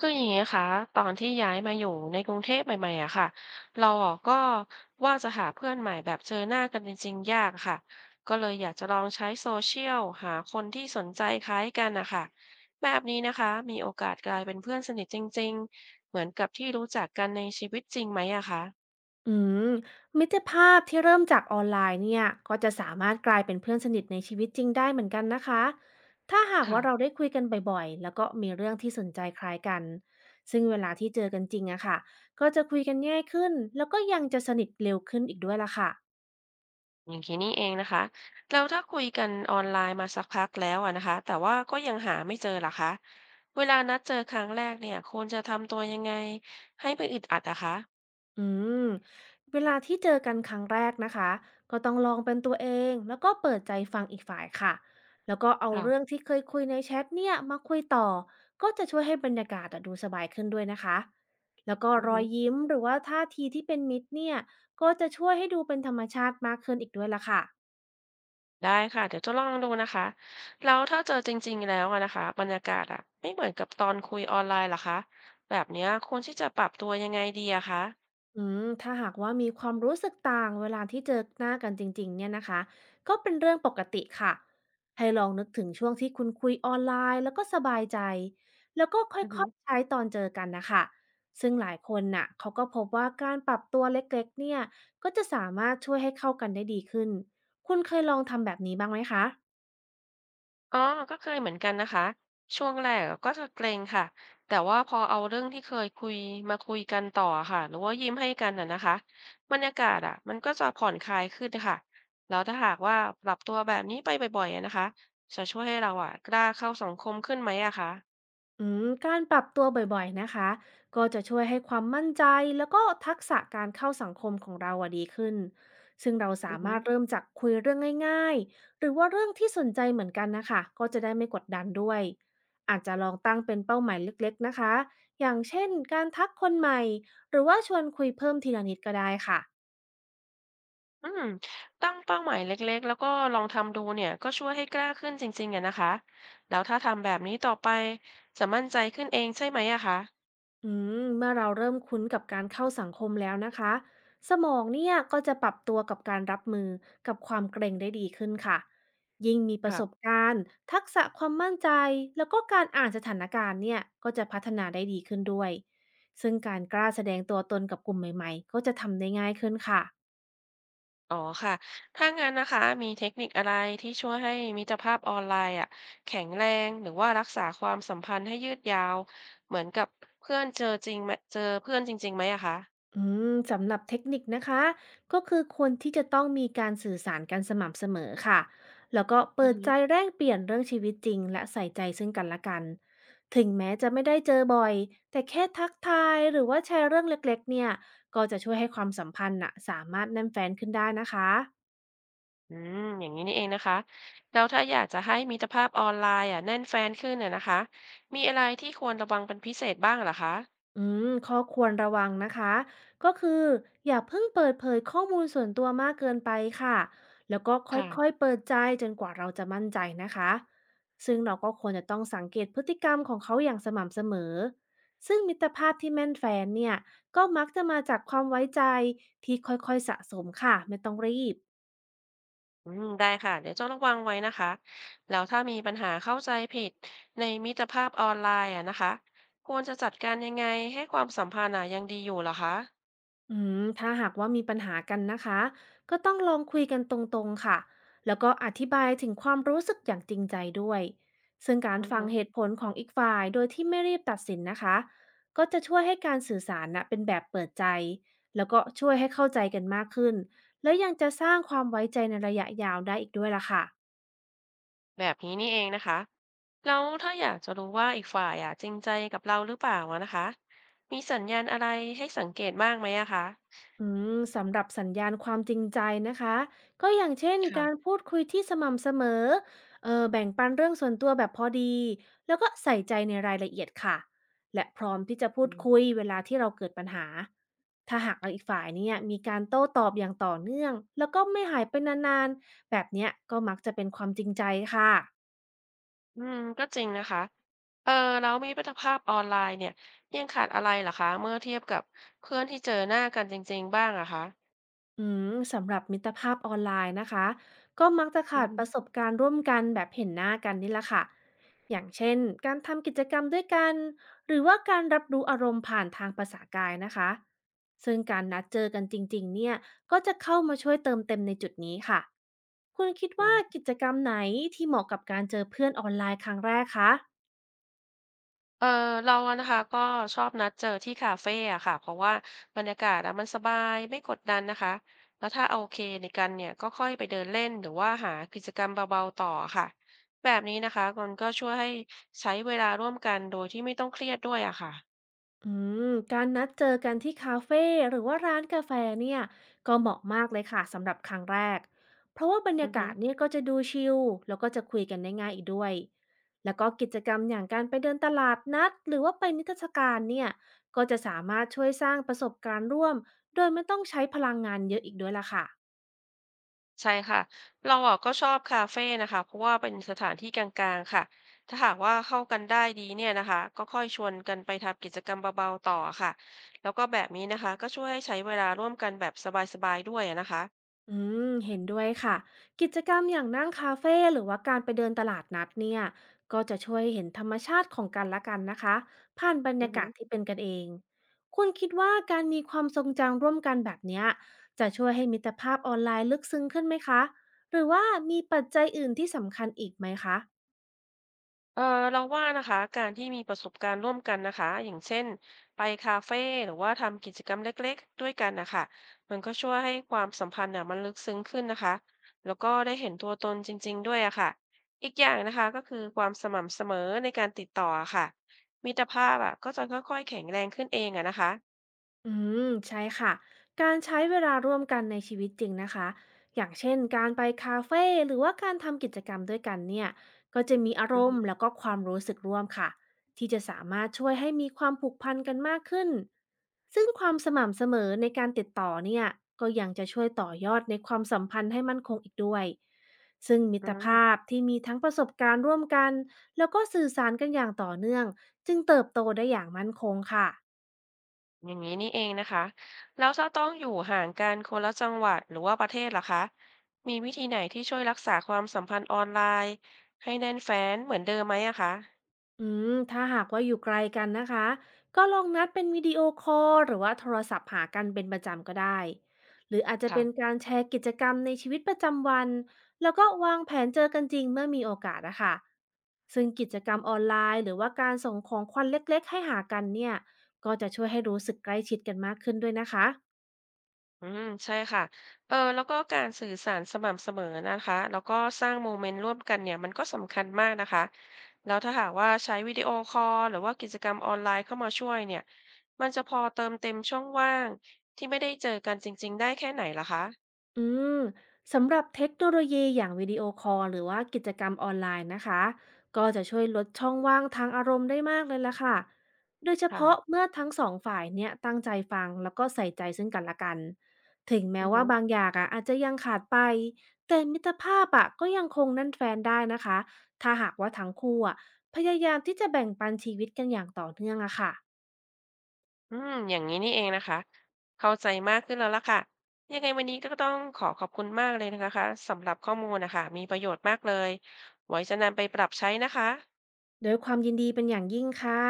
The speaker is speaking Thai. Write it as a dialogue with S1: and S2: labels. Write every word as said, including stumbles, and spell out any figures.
S1: คืออย่างนี้คะตอนที่ย้ายมาอยู่ในกรุงเทพใหม่ๆอะค่ะเราอะก็ว่าจะหาเพื่อนใหม่แบบเจอหน้ากันจริงๆยากค่ะก็เลยอยากจะลองใช้โซเชียลหาคนที่สนใจคล้ายกันนะคะแบบนี้นะคะมีโอกาสกลายเป็นเพื่อนสนิทจริงๆเหมือนกับที่รู้จักกันในชีวิตจริงไหมอะคะ
S2: อืมมิตรภาพที่เริ่มจากออนไลน์เนี่ยก็จะสามารถกลายเป็นเพื่อนสนิทในชีวิตจริงได้เหมือนกันนะคะถ้าหาก
S1: ค่ะ
S2: ว่าเราได้คุยกันบ่อยๆแล้วก็มีเรื่องที่สนใจคล้ายกันซึ่งเวลาที่เจอกันจริงอะค่ะก็จะคุยกันง่ายขึ้นแล้วก็ยังจะสนิทเร็วขึ้นอีกด้วยล่ะค่ะ
S1: อย่างนี้นี่เองนะคะแล้วถ้าคุยกันออนไลน์มาสักพักแล้วอะนะคะแต่ว่าก็ยังหาไม่เจอเหรอคะ เวลานัดเจอครั้งแรกเนี่ยควรจะทำตัวยังไงให้ไม่อึดอัดอะคะ
S2: อืมเวลาที่เจอกันครั้งแรกนะคะก็ต้องลองเป็นตัวเองแล้วก็เปิดใจฟังอีกฝ่ายค่ะแล้วก็เอาเรื่อ
S1: ค่ะ
S2: งที่เคยคุยในแชทเนี่ยมาคุยต่อก็จะช่วยให้บรรยากาศอะดูสบายขึ้นด้วยนะคะแล้วก็
S1: อือ
S2: รอ
S1: ฮึ
S2: ยยิ้มหรือว่าท่าทีที่เป็นมิตรเนี่ยก็จะช่วยให้ดูเป็นธรรมชาติมากขึ้นอีกด้วยล่ะค่ะ
S1: ได้ค่ะเดี๋ยวจะลองดูนะคะแล้วถ้าเจอจริงๆแล้วอะนะคะบรรยากาศอะไม่เหมือนกับตอนคุยออนไลน์เหรอคะ แบบเนี้ยควรที่จะปรับตัวยังไงดีอะคะ
S2: อืมถ้าหากว่ามีความรู้สึกต่างเวลาที่เจอหน้ากันจริงๆเนี่ยนะคะก็เป็นเรื่องปกติค่ะให้ลองนึกถึงช่วงที่คุณคุยออนไลน์แล้วก็สบายใจแล้วก็ค
S1: อือฮึ
S2: ่อยๆใช้ตอนเจอกันนะคะซึ่งหลายคนน่ะเขาก็พบว่าการปรับตัวเล็กๆเนี่ยก็จะสามารถช่วยให้เข้ากันได้ดีขึ้นคุณเคยลองทำแบบนี้บ้างไหมคะ
S1: อ๋อก็เคยเหมือนกันนะคะช่วงแรกอะก็จะเกรงค่ะแต่ว่าพอเอาเรื่องที่เคยคุยมาคุยกันต่อค่ะหรือว่ายิ้มให้กันน่ะนะคะบรรยากาศอ่ะมันก็จะผ่อนคลายขึ้นค่ะแล้วถ้าหากว่าปรับตัวแบบนี้ไปบ่อยๆอะนะคะจะช่วยให้เราอ่ะกล้าเข้าสังคมขึ้นไหมอะคะ
S2: อืมการปรับตัวบ่อยๆ นะคะ ก็จะช่วยให้ความมั่นใจแล้วก็ทักษะการเข้าสังคมของเราอะดีขึ้นซึ่งเรา
S1: อื
S2: สา
S1: อหื
S2: มา
S1: อ
S2: รถเริ่มจากคุยเรื่องง่ายๆหรือว่าเรื่องที่สนใจเหมือนกันนะคะ ก็จะได้ไม่กดดันด้วย อาจจะลองตั้งเป็นเป้าหมายเล็กๆนะคะ อย่างเช่นการทักคนใหม่ หรือว่าชวนคุยเพิ่มทีละนิดก็ได้ค่ะ
S1: อืมตั้งเป้าหมายเล็กๆแล้วก็ลองทำดูเนี่ยก็ช่วยให้กล้าขึ้นจริงๆอะนะคะแล้วถ้าทำแบบนี้ต่อไปจะมั่นใจขึ้นเองใช่ไหมอะคะ
S2: อืมเมื่อเราเริ่มคุ้นกับการเข้าสังคมแล้วนะคะสมองเนี่ยก็จะปรับตัวกับการรับมือกับความเกรงได้ดีขึ้นค่ะยิ่งมีประสบการณ์ทักษะความมั่นใจแล้วก็การอ่านสถานการณ์เนี่ยก็จะพัฒนาได้ดีขึ้นด้วยซึ่งการกล้าแสดงตัวตนกับกลุ่มใหม่ๆก็จะทำได้ง่ายขึ้นค่ะ
S1: อ๋อค่ะถ้างั้นนะคะมีเทคนิคอะไรที่ช่วยให้มิตรภาพออนไลน์อ่ะแข็งแรงหรือว่ารักษาความสัมพันธ์ให้ยืดยาวเหมือนกับเพื่อนเจอจริงไหมเจอเพื่อนจริงๆไหมอะคะ
S2: อืมสำหรับเทคนิคนะคะก็คือควรที่จะต้องมีการสื่อสารกันสม่ำเสมอค่ะแล้วก็
S1: อื
S2: เปิ
S1: อ
S2: ด
S1: หือ
S2: ใจแลกเปลี่ยนเรื่องชีวิตจริงและใส่ใจซึ่งกันและกันถึงแม้จะไม่ได้เจอบ่อยแต่แค่ทักทายหรือว่าแชร์เรื่องเล็กๆเนี่ยก็จะช่วยให้ความสัมพันธ์น่ะสามารถแน่นแฟนขึ้นได้นะคะ
S1: อืมอย่างนี้นี่เองนะคะแล้วถ้าอยากจะให้มิตรภาพออนไลน์อ่ะแน่นแฟนขึ้นเนี่ยนะคะมีอะไรที่ควรระวังเป็นพิเศษบ้างเหรอคะ
S2: อืมข้อควรระวังนะคะก็คืออย่าเพิ่งเปิดเผยข้อมูลส่วนตัวมากเกินไปค่ะ แล้วก็ค่อย
S1: ค่ะ
S2: ๆเปิดใจจนกว่าเราจะมั่นใจนะคะ ซึ่งเราก็ควรจะต้องสังเกตพฤติกรรมของเขาอย่างสม่ำเสมอซึ่งมิตรภาพที่แม่นแฟนเนี่ย ก็มักจะมาจากความไว้ใจที่ค่อยๆสะสมค่ะไม่ต้องรีบ
S1: อืมได้ค่ะเดี๋ยวจะระวังไว้นะคะแล้วถ้ามีปัญหาเข้าใจผิดในมิตรภาพออนไลน์อะนะคะควรจะจัดการยังไงให้ความสัมพันธ์อะยังดีอยู่เหรอคะ
S2: อืมถ้าหากว่ามีปัญหากันนะคะก็ต้องลองคุยกันตรงๆค่ะแล้วก็อธิบายถึงความรู้สึกอย่างจริงใจด้วยซึ่งการ
S1: อือ
S2: ฟั
S1: ฮึ
S2: งเหตุผลของอีกฝ่ายโดยที่ไม่รีบตัดสินนะคะก็จะช่วยให้การสื่อสารนะเป็นแบบเปิดใจแล้วก็ช่วยให้เข้าใจกันมากขึ้นและยังจะสร้างความไว้ใจในระยะยาวได้อีกด้วยล่ะค่ะ
S1: แบบนี้นี่เองนะคะแล้วถ้าอยากจะรู้ว่าอีกฝ่ายอะจริงใจกับเราหรือเปล่าอะนะคะมีสัญญาณอะไรให้สังเกตบ้างไหมอะคะ
S2: อืมสำหรับสัญญาณความจริงใจนะคะก็อย่างเช่นการ
S1: ค่ะ
S2: พูดคุยที่สม่ำเสมอเออแบ่งปันเรื่องส่วนตัวแบบพอดีแล้วก็ใส่ใจในรายละเอียดค่ะและพร้อมที่จะพู
S1: อื
S2: ดคุย
S1: ม
S2: เวลาที่เราเกิดปัญหาถ้าหากอีกฝ่ายเนี่ยมีการโต้ตอบอย่างต่อเนื่องแล้วก็ไม่หายไปนานๆแบบเนี้ยก็มักจะเป็นความจริงใจค่ะ
S1: อืมก็จริงนะคะเออแล้วมีมิตรภาพออนไลน์เนี่ยยังขาดอะไรเหรอคะเมื่อเทียบกับเพื่อนที่เจอหน้ากันจริงๆบ้างอะคะ
S2: อืมสำหรับมิตรภาพออนไลน์นะคะก็มักจะ
S1: อื
S2: ขาดประส
S1: ม
S2: บการณ์ร่วมกันแบบเห็นหน้ากันนี่แหละค่ะอย่างเช่นการทำกิจกรรมด้วยกันหรือว่าการรับรู้อารมณ์ผ่านทางภาษากายนะคะซึ่งการนัดเจอกันจริงๆเนี่ยก็จะเข้ามาช่วยเติมเต็มในจุดนี้ค่ะคุณคิด
S1: อื
S2: ว่า
S1: ม
S2: กิจกรรมไหนที่เหมาะกับการเจอเพื่อนออนไลน์ครั้งแรกคะ
S1: เออเราอะนะคะก็ชอบนัดเจอที่คาเฟอะค่ะเพราะว่าบรรยากาศอะมันสบายไม่กดดันนะคะแล้วถ้าโอเคในกันเนี่ยก็ค่อยไปเดินเล่นหรือว่าหากิจกรรมเบาๆต่อค่ะแบบนี้นะคะมันก็ช่วยให้ใช้เวลาร่วมกันโดยที่ไม่ต้องเครียดด้วยอะค่ะ
S2: อืมการนัดเจอกันที่คาเฟ่หรือว่าร้านกาแฟเนี่ยก็เหมาะมากเลยค่ะสำหรับครั้งแรกเพราะว่าบรร
S1: อื
S2: ยา
S1: อฮึ
S2: กาศเนี่ยก็จะดูชิลแล้วก็จะคุยกันได้ง่ายอีกด้วยแล้วก็กิจกรรมอย่างการไปเดินตลาดนัดหรือว่าไปนิทรรศการเนี่ยก็จะสามารถช่วยสร้างประสบการณ์ร่วมโดยไม่ต้องใช้พลังงานเยอะอีกด้วยล่ะค่ะ
S1: ใช่ค่ะเราอะก็ชอบคาเฟนะคะเพราะว่าเป็นสถานที่กลางๆค่ะถ้าหากว่าเข้ากันได้ดีเนี่ยนะคะก็ค่อยชวนกันไปทำกิจกรรมเบาๆต่อค่ะแล้วก็แบบนี้นะคะก็ช่วยให้ใช้เวลาร่วมกันแบบสบายๆด้วยอะนะคะ
S2: อืมเห็นด้วยค่ะกิจกรรมอย่างนั่งคาเฟ่หรือว่าการไปเดินตลาดนัดเนี่ยก็จะช่วยเห็นธรรมชาติของกันและกันนะคะผ่านบรร
S1: อือ
S2: ยา
S1: ฮึ
S2: กาศที่เป็นกันเองคุณคิดว่าการมีความทรงจำร่วมกันแบบเนี้ยจะช่วยให้มิตรภาพออนไลน์ลึกซึ้งขึ้นไหมคะหรือว่ามีปัจจัยอื่นที่สำคัญอีกไหมคะ
S1: เออเราว่านะคะการที่มีประสบการณ์ร่วมกันนะคะอย่างเช่นไปคาเฟ่หรือว่าทำกิจกรรมเล็กๆด้วยกันนะคะมันก็ช่วยให้ความสัมพันธ์เนี่ยมันลึกซึ้งขึ้นนะคะแล้วก็ได้เห็นตัวตนจริงๆด้วยอะค่ะอีกอย่างนะคะก็คือความสม่ำเสมอในการติดต่ออะค่ะมิตรภาพอะก็จะค่อยๆแข็งแรงขึ้นเองอะนะคะ
S2: อืมใช่ค่ะการใช้เวลาร่วมกันในชีวิตจริงนะคะอย่างเช่นการไปคาเฟ่หรือว่าการทำกิจกรรมด้วยกันเนี่ยก็จะมีอาร
S1: อืมอฮึ
S2: มณ์แล้วก็ความรู้สึกร่วมค่ะที่จะสามารถช่วยให้มีความผูกพันกันมากขึ้นซึ่งความสม่ำเสมอในการติดต่อเนี่ยก็ยังจะช่วยต่อยอดในความสัมพันธ์ให้มั่นคงอีกด้วยซึ่งมิ
S1: อื
S2: ตรภา
S1: ม
S2: พที่มีทั้งประสบการณ์ร่วมกันแล้วก็สื่อสารกันอย่างต่อเนื่องจึงเติบโตได้อย่างมั่นคงค่ะ
S1: อย่างนี้นี่เองนะคะแล้วถ้าต้องอยู่ห่างกันคนละจังหวัดหรือว่าประเทศล่ะคะมีวิธีไหนที่ช่วยรักษาความสัมพันธ์ออนไลน์ให้แน่นแฟ้นเหมือนเดิมไหมอะคะ
S2: อืมถ้าหากว่าอยู่ไกลกันนะคะก็ลองนัดเป็นวิดีโอคอลหรือว่าโทรศัพท์หากันเป็นประจำก็ได้หรืออาจจะเป็น
S1: ค่ะ
S2: การแชร์กิจกรรมในชีวิตประจำวันแล้วก็วางแผนเจอกันจริงเมื่อมีโอกาสนะคะซึ่งกิจกรรมออนไลน์หรือว่าการส่งของขวัญเล็กๆให้หากันเนี่ยก็จะช่วยให้รู้สึกใกล้ชิดกันมากขึ้นด้วยนะคะ
S1: อืมใช่ค่ะเออแล้วก็การสื่อสารสม่ำเสมอนะคะแล้วก็สร้างโมเมนต์ร่วมกันเนี่ยมันก็สำคัญมากนะคะแล้วถ้าหากว่าใช้วิดีโอคอลหรือว่ากิจกรรมออนไลน์เข้ามาช่วยเนี่ยมันจะพอเติมเต็มช่องว่างที่ไม่ได้เจอกันจริงๆได้แค่ไหนล่ะคะ
S2: อืมสำหรับเทคโนโลยีอย่างวิดีโอคอลหรือว่ากิจกรรมออนไลน์นะคะก็จะช่วยลดช่องว่างทางอารมณ์ได้มากเลยล่ะค่ะโดยเฉ
S1: ค่ะ
S2: พาะเมื่อทั้งสองฝ่ายเนี่ยตั้งใจฟังแล้วก็ใส่ใจซึ่งกันและกันถึงแม้
S1: อือฮึ
S2: ว่าบางอย่างอ่ะอาจจะยังขาดไปแต่มิตรภาพอ่ะก็ยังคงแนั่นแฟนได้นะคะถ้าหากว่าทั้งคู่อ่ะพยายามที่จะแบ่งปันชีวิตกันอย่างต่อเนื่องอะค่ะ
S1: อืมอย่างนี้นี่เองนะคะเข้าใจมากขึ้นแล้วล่ะค่ะยังไงวันนี้ก็ต้องขอขอบคุณมากเลยนะคะสำหรับข้อมูลนะคะมีประโยชน์มากเลยไว้จะนำไปปรับใช้นะคะ
S2: โดยความยินดีเป็นอย่างยิ่งค่ะ